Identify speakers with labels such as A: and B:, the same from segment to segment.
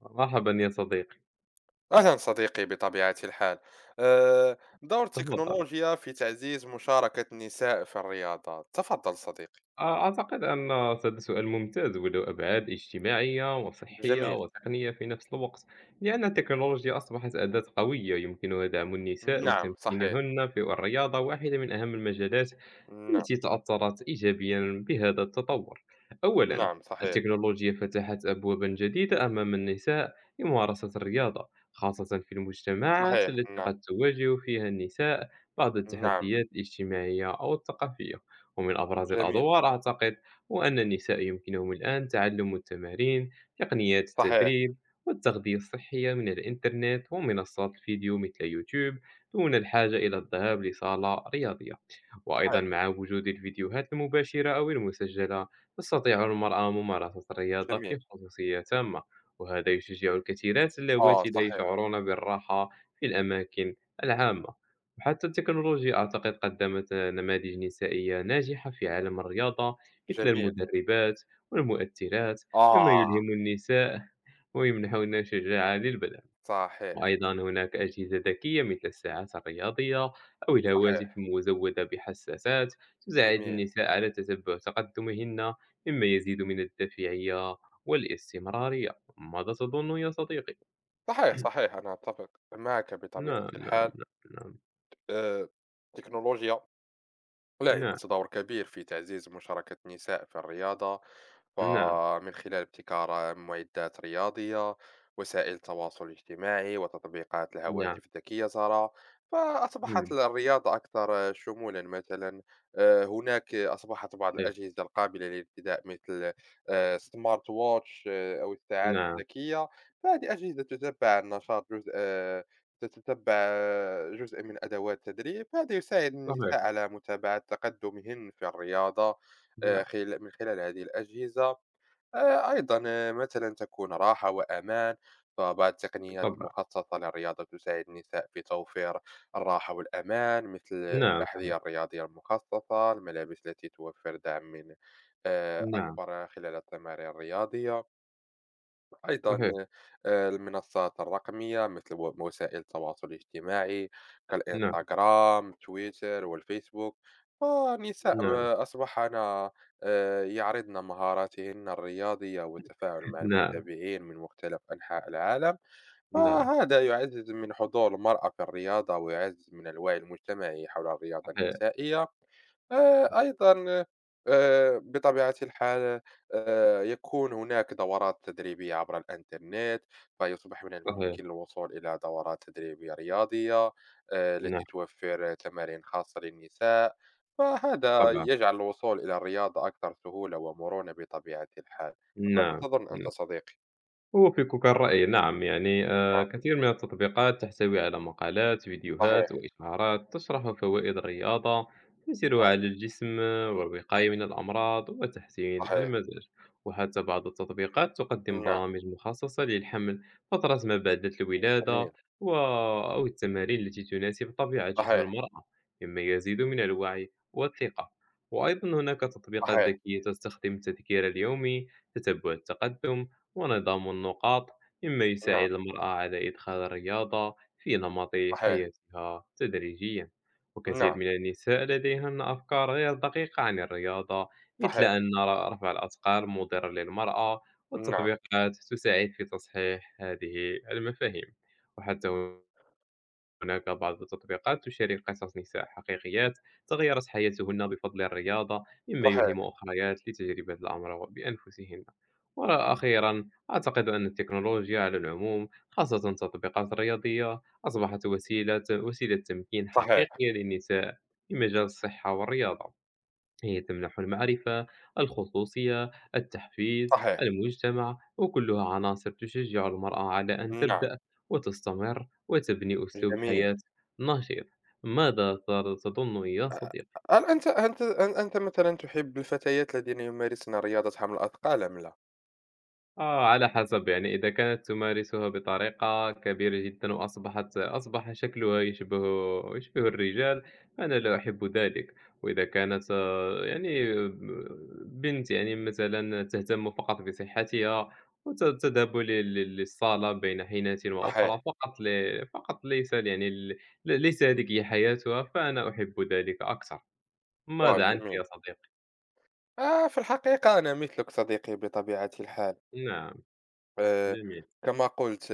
A: مرحبا يا صديقي.
B: أهلا صديقي، بطبيعة الحال. دور
A: تفضل.
B: التكنولوجيا في تعزيز مشاركة النساء في الرياضات. تفضل صديقي.
A: أعتقد أن هذا سؤال ممتاز وله أبعاد اجتماعية وصحية
B: جميل.
A: وتقنية في نفس الوقت، لأن التكنولوجيا أصبحت أداة قوية يمكنها دعم النساء
B: نعم، صحيح.
A: وتمكينهن في الرياضة. واحدة من أهم المجالات
B: نعم.
A: التي تأثرت إيجابيًا بهذا التطور، أولًا،
B: نعم، صحيح.
A: التكنولوجيا فتحت أبوابًا جديدة أمام النساء لممارسة الرياضة، خاصة في المجتمعات
B: صحيح.
A: التي
B: نعم.
A: قد تواجه فيها النساء بعض
B: نعم،
A: التحديات الاجتماعية أو الثقافية. ومن أبرز
B: جميل.
A: الأدوار أعتقد هو أن النساء يمكنهم الآن تعلم التمارين، تقنيات
B: صحيح.
A: التدريب، والتغذية الصحية من الإنترنت ومنصات الفيديو مثل يوتيوب دون الحاجة إلى الذهاب لصالة رياضية. وأيضًا
B: صحيح،
A: مع وجود الفيديوهات المباشرة أو المسجلة، تستطيع المرأة ممارسة الرياضة في
B: جميل.
A: خصوصية تامة، وهذا يشجع الكثيرات
B: آه،
A: اللواتي لا
B: صحيح.
A: يشعرون بالراحة في الأماكن العامة. وحتى التكنولوجيا أعتقد قدمت نماذج نسائية ناجحة في عالم الرياضة مثل
B: جميل.
A: المدربات والمؤثرات، مما
B: آه،
A: يلهم النساء ويمنحهن شجاعة للبدء.
B: صحيح.
A: وأيضًا هناك أجهزة ذكية مثل الساعات الرياضية أو الهواتف
B: صحيح،
A: المزودة بحساسات تساعد
B: جميل.
A: النساء على تتبع تقدمهن، مما يزيد من الدافعية والاستمرارية. ماذا تظن يا صديقي؟
B: صحيح. صحيح، أنا أتفق معك بطبيعة
A: نعم، نعم،
B: الحال.
A: نعم،
B: آه، التكنولوجيا
A: نعم،
B: لعبت دور كبير في تعزيز مشاركة النساء في الرياضة،
A: نعم،
B: فمن خلال ابتكار معدات رياضية، وسائل التواصل الاجتماعي، وتطبيقات
A: نعم، نعم،
B: الهواتف الذكية، ترى فأصبحت
A: إمم،
B: الرياضة أكثر شمولا. مثلا، هناك أصبحت بعض
A: صحيح،
B: الأجهزة القابلة للارتداء مثل سمارت ووتش، أو الساعات
A: نعم،
B: الذكية. فهذه أجهزة تتبع النشاط، جزء تتتبع جزءًا من أدوات تدريب. هذا يساعد النساء
A: صحيح،
B: على متابعة تقدمهن في الرياضة
A: نعم،
B: خل من خلال هذه الأجهزة. أيضًا، مثلًا تكون راحة وأمان. فبعض التقنيات
A: بالطبع،
B: المخصصة للرياضة تساعد النساء في توفير الراحة والأمان، مثل
A: نعم، صحيح،
B: الأحذية الرياضية المخصصة، الملابس التي توفر دعم من
A: نعم،
B: أكبر خلال التمارين الرياضية. أيضًا،
A: صحيح،
B: المنصات الرقمية مثل وسائل التواصل الاجتماعي
A: نعم،
B: كالإنستجرام، تويتر، والفيسبوك. فالنساء
A: نعم،
B: أصبحن يعرضن مهاراتهن الرياضية والتفاعل مع
A: نعم،
B: المتابعين من مختلف أنحاء العالم.
A: نعم،
B: فهذا يعزز من حضور المرأة في الرياضة، ويعزز من الوعي المجتمعي حول الرياضة
A: صحيح،
B: النسائية. أيضا، بطبيعة الحال، يكون هناك دورات تدريبية عبر الإنترنت. فيصبح من
A: صحيح،
B: الممكن الوصول إلى دورات تدريبية رياضية،
A: نعم،
B: التي توفر تمارين خاصة للنساء. فهذا
A: بالطبع،
B: يجعل الوصول إلى الرياضة أكثر سهولة ومرونة بطبيعة الحال. ماذا
A: نعم،
B: تظن
A: نعم.
B: أنت صديقي؟
A: أوافقك الرأي. نعم، يعني
B: نعم،
A: كثير من التطبيقات تحتوي على مقالات فيديوهات
B: صحيح.
A: وإشعارات تشرح فوائد الرياضة، تأثيرها على الجسم، والوقاية من الأمراض وتحسين
B: صحيح.
A: المزاج. وحتى بعض التطبيقات تقدم
B: نعم،
A: برامج مخصصة للحمل، فترة ما بعد الولادة
B: جميل.
A: و... أو التمارين التي تناسب طبيعة جسم
B: صحيح.
A: المرأة، مما يزيد من الوعي والثقة. وأيضا هناك تطبيقات
B: صحيح.
A: ذكية تستخدم التذكير اليومي، تتبع التقدم ونظام النقاط، مما
B: نعم،
A: يساعد المرأة على إدخال الرياضة في نمط
B: صحيح.
A: حياتها تدريجيا. وكثير
B: نعم،
A: من النساء لديهن أفكار غير دقيقة عن الرياضة، مثل
B: صحيح.
A: أن رفع الأثقال مضر للمرأة،
B: نعم،
A: والتطبيقات تساعد في تصحيح هذه المفاهيم. وحتى هناك بعض التطبيقات تشارك قصص نساء حقيقيات تغيرت حياتهن بفضل الرياضة، مما يلهم
B: صحيح.
A: أخريات لتجربة الأمر بأنفسهن. وأخيرا أعتقد أن التكنولوجيا على العموم، خاصة التطبيقات الرياضية، أصبحت وسيلة تمكين
B: صحيح.
A: حقيقية للنساء في مجال الصحة والرياضة. هي تمنح المعرفة، الخصوصية، التحفيز،
B: صحيح.
A: المجتمع، وكلها عناصر تشجع المرأة على أن
B: نعم،
A: تبدأ وتستمر وتبني أسلوب
B: جميل.
A: حياة نشيط. ماذا تظن يا
B: أ
A: صديقي؟
B: هل أنت مثلًا تحب الفتيات الذين يمارسن رياضة حمل الأثقال أم لا؟
A: على حسب، يعني إذا كانت تمارسها بطريقة كبيرة جدًا وأصبحت شكلها يشبه الرجال، أنا لا أحب ذلك. وإذا كانت، يعني بنت يعني مثلًا تهتم فقط بصحتها تذهب ل ل للصالة بين حينة
B: صحيح.
A: وأخرى، فقط فقط ليس، يعني، ليس هذه هي حياتها، فأنا أحب ذلك أكثر. ماذا
B: آه،
A: عنك
B: جميل.
A: يا صديقي؟
B: في الحقيقة أنا مثلك صديقي بطبيعة الحال.
A: نعم،
B: آآ،
A: جميل،
B: كما قُلت،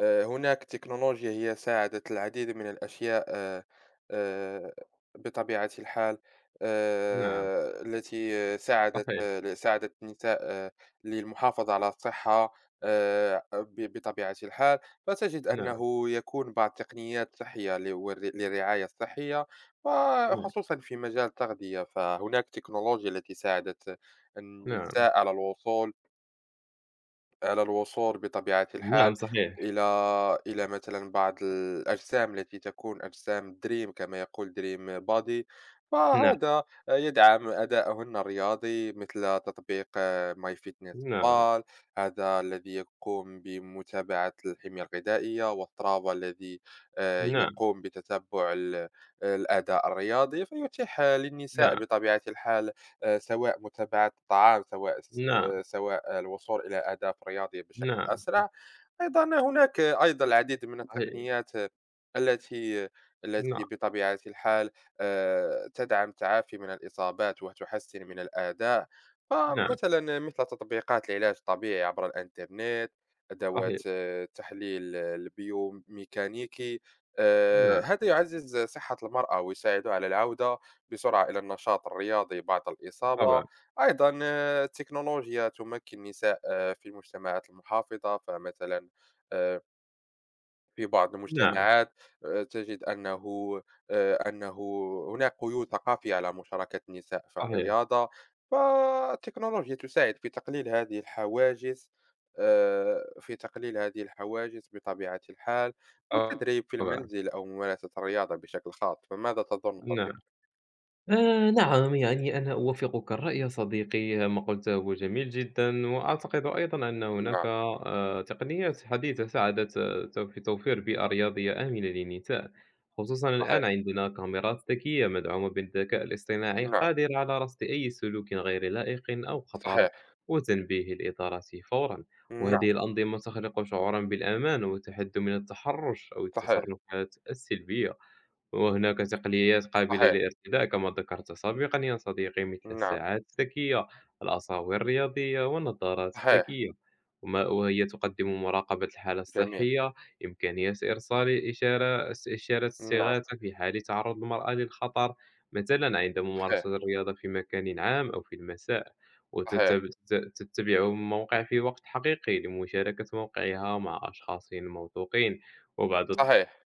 B: هناك تكنولوجيا هي ساعدت العديد من الأشياء آآ، بطبيعة الحال،
A: نعم،
B: التي آه، ساعدت
A: صحيح،
B: آه، ساعدت النساء للمحافظة على الصحة، ب بطبيعة الحال. فتجد
A: نعم،
B: أنه يكون بعض التقنيات صحية ل والر للرعاية الصحية،
A: نعم،
B: وخصوصًا في مجال التغذية. فهناك تكنولوجيا التي ساعدت
A: نعم.
B: النساء على الوصول، بطبيعة الحال،
A: نعم، صحيح،
B: إلى إلى مثلا بعض الأجسام التي تكون أجسام دريم، كما يقول دريم بادي.
A: نعم،
B: فهذا يدعم أدائهن الرياضي، مثل تطبيق ماي فيتنس
A: نعم،
B: بال، هذا الذي يقوم بمتابعة الحمية الغذائية، وسترافا الذي
A: نعم،
B: يقوم بتتبع الأداء الرياضي. فيتيح للنساء
A: نعم،
B: بطبيعة الحال سواء متابعة الطعام، سواء
A: نعم،
B: سواء الوصول إلى أهداف رياضية بشكل
A: نعم،
B: أسرع. أيضًا، هناك أيضًا العديد من
A: صحيح،
B: التقنيات التي
A: نعم،
B: التي بطبيعة الحال تدعم التعافي من الإصابات، وتحسّن من الأداء.
A: نعم،
B: فمثلًا، مثل تطبيقات العلاج الطبيعي عبر الإنترنت،
A: صحيح،
B: أدوات التحليل البيوميكانيكي.
A: نعم،
B: هذا يعزّز صحة المرأة، ويساعدها على العودة بسرعة إلى النشاط الرياضي بعد الإصابة.
A: طبعًا،
B: أيضًا، التكنولوجيا تمكن النساء في المجتمعات المحافظة. فمثلًا، آآ، في بعض
A: نعم،
B: المجتمعات تجد أنه أنه هناك قيود ثقافية على مشاركة النساء في
A: صحيح،
B: الرياضة. فالتكنولوجيا تساعد في تقليل هذه الحواجز، بطبيعة الحال، والتدريب في
A: طبعًا،
B: المنزل أو ممارسة الرياضة بشكل خاص. فماذا تظن
A: نعم.
B: صديقي؟
A: نعم، يعني أنا أوافقك الرأي صديقي، ما قُلته هو جميل جدًا، وأعتقد أيضًا أن هناك
B: نعم،
A: تقنيات حديثة ساعدت، آه، تو في توفير بيئة رياضية آمنة للنساء، خصوصًا الآن
B: صحيح.
A: عندنا كاميرات ذكية مدعومة بالذكاء الاصطناعي
B: نعم،
A: قادرة على رصد أي سلوك غير لائق أو خطر،
B: صحيح.
A: وتنبيه الإدارة فورًا.
B: نعم،
A: وهذه الأنظمة تخلق شعورًا بالأمان والتحدي من التحرش أو
B: صحيح،
A: التصرفات السلبية. وهناك تقنيات قابلة
B: صحيح.
A: للارتداء كما ذكرت سابقا يا صديقي، مثل
B: نعم،
A: الساعات الذكية، الأساور الرياضية والنظارات
B: صحيح،
A: الذكية، وهي تقدم مراقبة الحالة
B: جميل.
A: الصحية، إمكانية إرسال إشارة
B: نعم،
A: استغاثة في حال تعرض المرأة للخطر، مثلا عند
B: صحيح،
A: ممارسة الرياضة في مكان عام أو في المساء،
B: صحيح،
A: وتتبع الموقع في وقت حقيقي لمشاركة موقعها مع أشخاص موثوقين. وبعض
B: صحيح.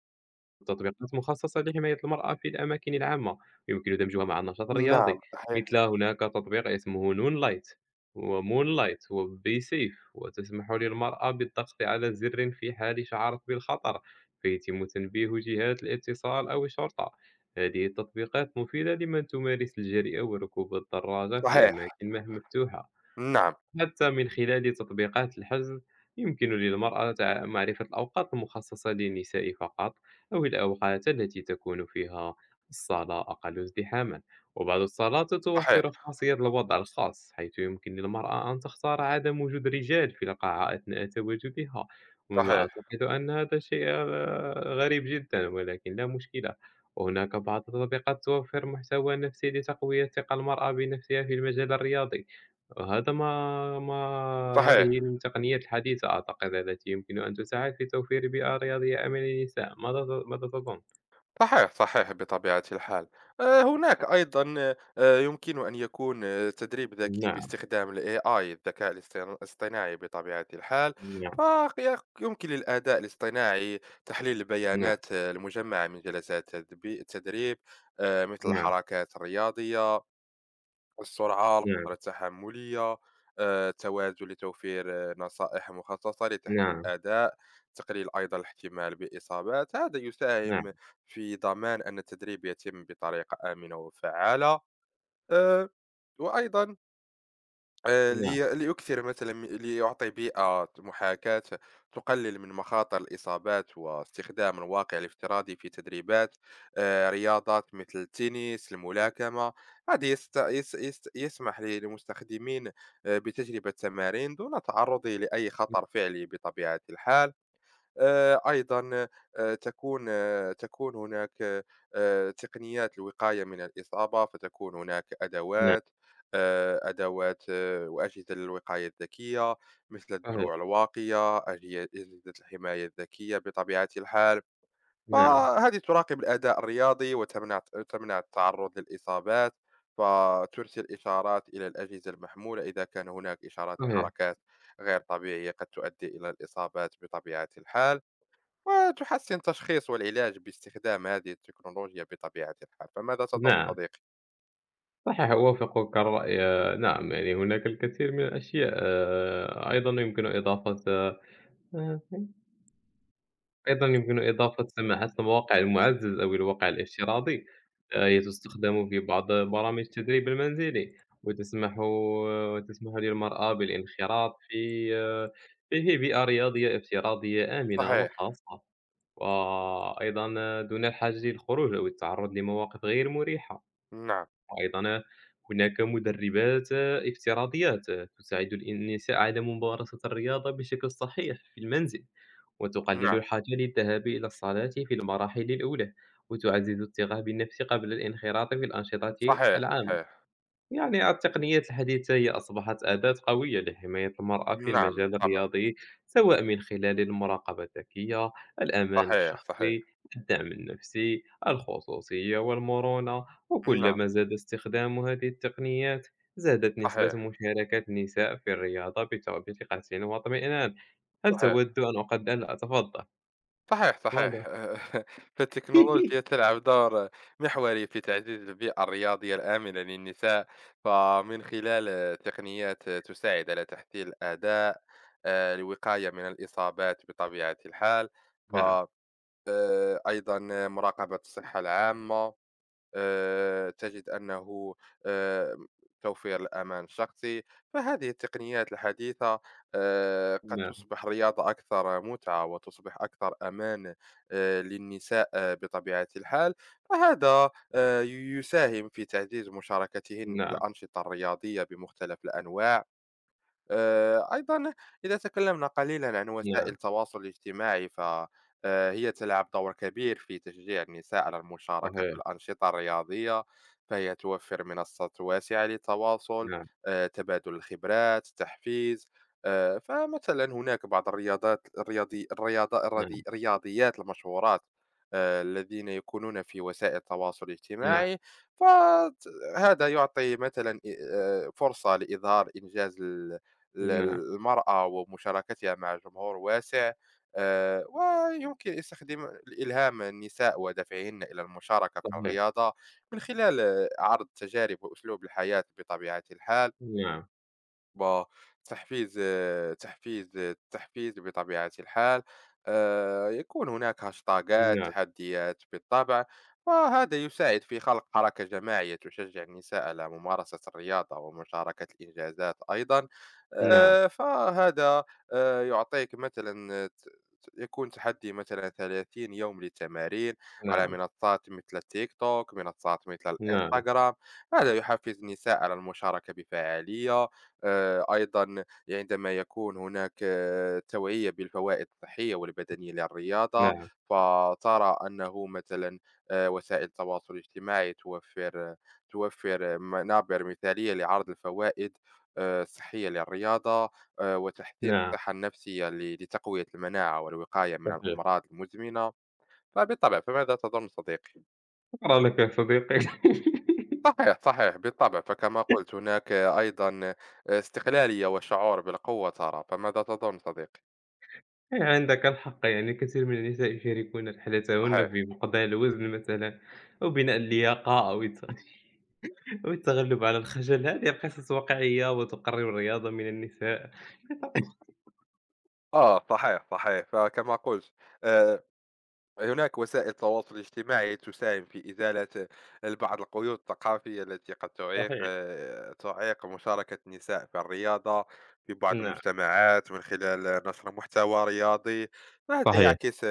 A: تطبيقات مخصصة لحماية المرأة في الأماكن العامة، يمكن دمجها مع النشاط
B: نعم،
A: الرياضي،
B: صحيح،
A: مثل هناك تطبيق اسمه نون لايت ومون لايت وبيسيف، وتسمح للمرأة بالضغط على زر في حال شعرت بالخطر، فيتم تنبيه جهات الاتصال أو الشرطة. هذه التطبيقات مفيدة لمن تمارس الجري أو ركوب الدراجة في
B: صحيح.
A: أماكن مفتوحة.
B: نعم،
A: حتى من خلال تطبيقات الحجز يمكن للمرأة معرفة الأوقات المخصصة للنساء فقط، أو الأوقات التي تكون فيها الصالة أقل ازدحاما. وبعض الصالات
B: صحيح.
A: توفر خاصية الوضع الخاص، حيث يمكن للمرأة أن تختار عدم وجود رجال في القاعة أثناء تواجدها، مما
B: صحيح،
A: أعتقد أن هذا شيء غريب جدا، ولكن لا مشكلة. وهناك بعض التطبيقات توفر محتوى نفسي لتقوية ثقة المرأة بنفسها في المجال الرياضي. هذا ما
B: صحيح،
A: هذه التقنيات الحديثة أعتقد التي يمكن أن تساعد في توفير بيئة رياضية آمنة للنساء. ماذا ماذا تظن؟
B: صحيح، صحيح بطبيعة الحال. هناك أيضًا، يمكن أن يكون تدريب ذكي
A: نعم،
B: باستخدام الAI، الذكاء الاصطناعي بطبيعة الحال.
A: نعم،
B: يمكن للأداء الاصطناعي تحليل
A: نعم،
B: البيانات المجمّعة من جلسات التدريب، مثل الحركات الرياضية، السرعة،
A: نعم،
B: القدرة التحملية، التوازن، لتوفير نصائح مخصصة لتحسين
A: نعم،
B: الأداء، تقليل أيضًا الاحتمال بالإصابات. هذا
A: نعم،
B: يساهم في ضمان أن التدريب يتم بطريقة آمنة وفعّالة. آآ، وأيضًا،
A: نعم،
B: لي ليُكثر مثلًا ليُعطي بيئة محاكاة تقلل من مخاطر الإصابات، واستخدام الواقع الافتراضي في تدريبات، رياضات مثل التنس، الملاكمة. هذه يست يس يس يسمح للمستخدمين بتجربة تمارين دون تعرضه لأي
A: نعم،
B: خطر فعلي بطبيعة الحال. أيضًا، تكون هناك تقنيات الوقاية من الإصابة. فتكون هناك
A: نعم،
B: أدوات، وأجهزة للوقاية الذكية، مثل
A: صحيح،
B: الدروع الواقية، أجهزة الحماية الذكية بطبيعة الحال.
A: نعم،
B: فهذه تراقب الأداء الرياضي، وتمنع التعرُّض للإصابات. فترسل إشارات إلى الأجهزة المحمولة إذا كان هناك إشارات
A: صحيح،
B: لحركات غير طبيعية قد تؤدي إلى الإصابات بطبيعة الحال. وتحسن تشخيص والعلاج باستخدام هذه التكنولوجيا بطبيعة الحال. فماذا تظن
A: نعم،
B: صديقي؟
A: صحيح. أوافقك الرأي. نعم، يعني هناك الكثير من الأشياء، أيضًا يمكن إضافة، آه، أيضًا يمكن إضافة سماحات المواقع المعزّز أو الواقع الافتراضي، هي تُستخدم في بعض برامج التدريب المنزلي، وتسمح للمرأة بالانخراط في، في بيئة رياضية افتراضية آمنة
B: صحيح.
A: وخاصة، وأيضًا دون الحاجة للخروج أو التعرُّض لمواقف غير مُريحة.
B: نعم.
A: وأيضًا هناك مُدرّبات افتراضيات تساعد النساء على ممارسة الرياضة بشكل صحيح في المنزل. وتقلل
B: نعم،
A: الحاجة للذهاب إلى الصلاة في المراحل الأولى، وتعزز الثقة بالنفس قبل الانخراط في الأنشطة
B: صحيح.
A: العامة.
B: صحيح.
A: يعني التقنيات الحديثة هي أصبحت أداة قوية لحماية المرأة في
B: نعم،
A: المجال
B: بالطبع.
A: الرياضي، سواء من خلال المراقبة الذكية، الأمان
B: صحيح. صحيح.
A: الشخصي، الدعم النفسي، الخصوصية والمرونة.
B: نعم.
A: وكلما زاد استخدام هذه التقنيات زادت نسبة
B: صحيح.
A: مشاركة النساء في الرياضة بثقة واطمئنان. هل
B: صحيح.
A: تود أن أقدم؟ لا، تفضل.
B: صحيح.
A: واضح.
B: صحيح فالتكنولوجيا تلعب دور محوري في تعزيز البيئة الرياضية الآمنة للنساء. فمن خلال تقنيات تساعد على تحسين الأداء، الوقاية من الإصابات بطبيعة الحال. ف
A: نعم،
B: أيضًا مراقبة الصحة العامة، تجد أنه آآ، توفير الأمان الشخصي. فهذه التقنيات الحديثة قد
A: نعم،
B: تصبح رياضة أكثر متعة، وتصبح أكثر أمان للنساء، بطبيعة الحال. فهذا يساهم في تعزيز مشاركتهن في
A: نعم،
B: الأنشطة الرياضية بمختلف الأنواع. أيضا، إذا تكلمنا قليلا عن وسائل
A: نعم،
B: التواصل الاجتماعي، فهي تلعب دور كبير في تشجيع النساء على المشاركة في
A: صحيح،
B: الأنشطة الرياضية. فهي توفر منصات واسعة للتواصل،
A: نعم،
B: تبادل الخبرات، التحفيز. فمثلا، هناك بعض الرياضات الرياضي الرياضة
A: نعم،
B: الرياضي- الرياضيات المشهورات الذين يكونون في وسائل التواصل
A: نعم،
B: الاجتماعي. فهذا يعطي مثلا فرصة لإظهار إنجاز ال-
A: نعم،
B: المرأة، ومشاركتها مع جمهور واسع، ويمكن استخدام الإلهام النساء ودفعهن إلى المشاركة في
A: صحيح،
B: الرياضة من خلال عرض تجارب وأسلوب الحياة بطبيعة الحال.
A: نعم،
B: وتحفيز تحفيز التحفيز بطبيعة الحال، يكون هناك هاشتاغات
A: نعم،
B: تحديات بالطبع. وهذا يساعد في خلق حركة جماعية تشجع النساء على ممارسة الرياضة ومشاركة الإنجازات أيضا.
A: نعم،
B: فهذا يعطيك مثلا يكون تحدي مثلا 30 يوم للتمارين على
A: نعم،
B: منصات مثل التيك توك، منصات مثل
A: نعم،
B: الانستغرام. هذا يحفز النساء على المشاركة بفعالية. أيضا، عندما يكون هناك توعية بالفوائد الصحية والبدنية للرياضة،
A: نعم،
B: فترى أنه مثلا وسائل التواصل الاجتماعي توفر منابر مثالية لعرض الفوائد الصحية للرياضة، وتحسين
A: نعم،
B: الصحة النفسية لتقوية المناعة والوقاية من
A: صحيح.
B: الأمراض المزمنة. فبالطبع، فماذا تظن صديقي؟
A: شكرًا لك يا صديقي.
B: صحيح، صحيح بالطبع. فكما قلت هناك أيضًا استقلالية وشعور بالقوة، ترى، فماذا تظن صديقي؟
A: عندك الحق، يعني كثير من النساء يشاركون رحلتهن
B: صحيح.
A: في فقدان الوزن مثلًا، أو بناء اللياقة، أو الت أو التغلب على الخجل. هذه القصص واقعية وتقرب الرياضة من النساء.
B: آه، صحيح، صحيح. فكما قلت، آآ، هناك وسائل التواصل الاجتماعي تساهم في إزالة البعض القيود الثقافية التي قد تعيق
A: صحيح،
B: مشاركة النساء في الرياضة في بعض
A: نعم.
B: المجتمعات من خلال نشر محتوى رياضي. فهذا
A: صحيح.
B: يعكس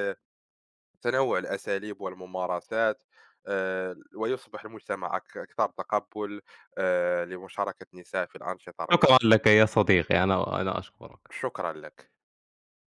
B: تنوع الأساليب والممارسات. ويصبح المجتمع أكثر تقبل لمشاركة النساء في الأنشطة
A: شكرًا
B: الرياضية.
A: لك يا صديقي، أنا أشكرك.
B: شكرا لك.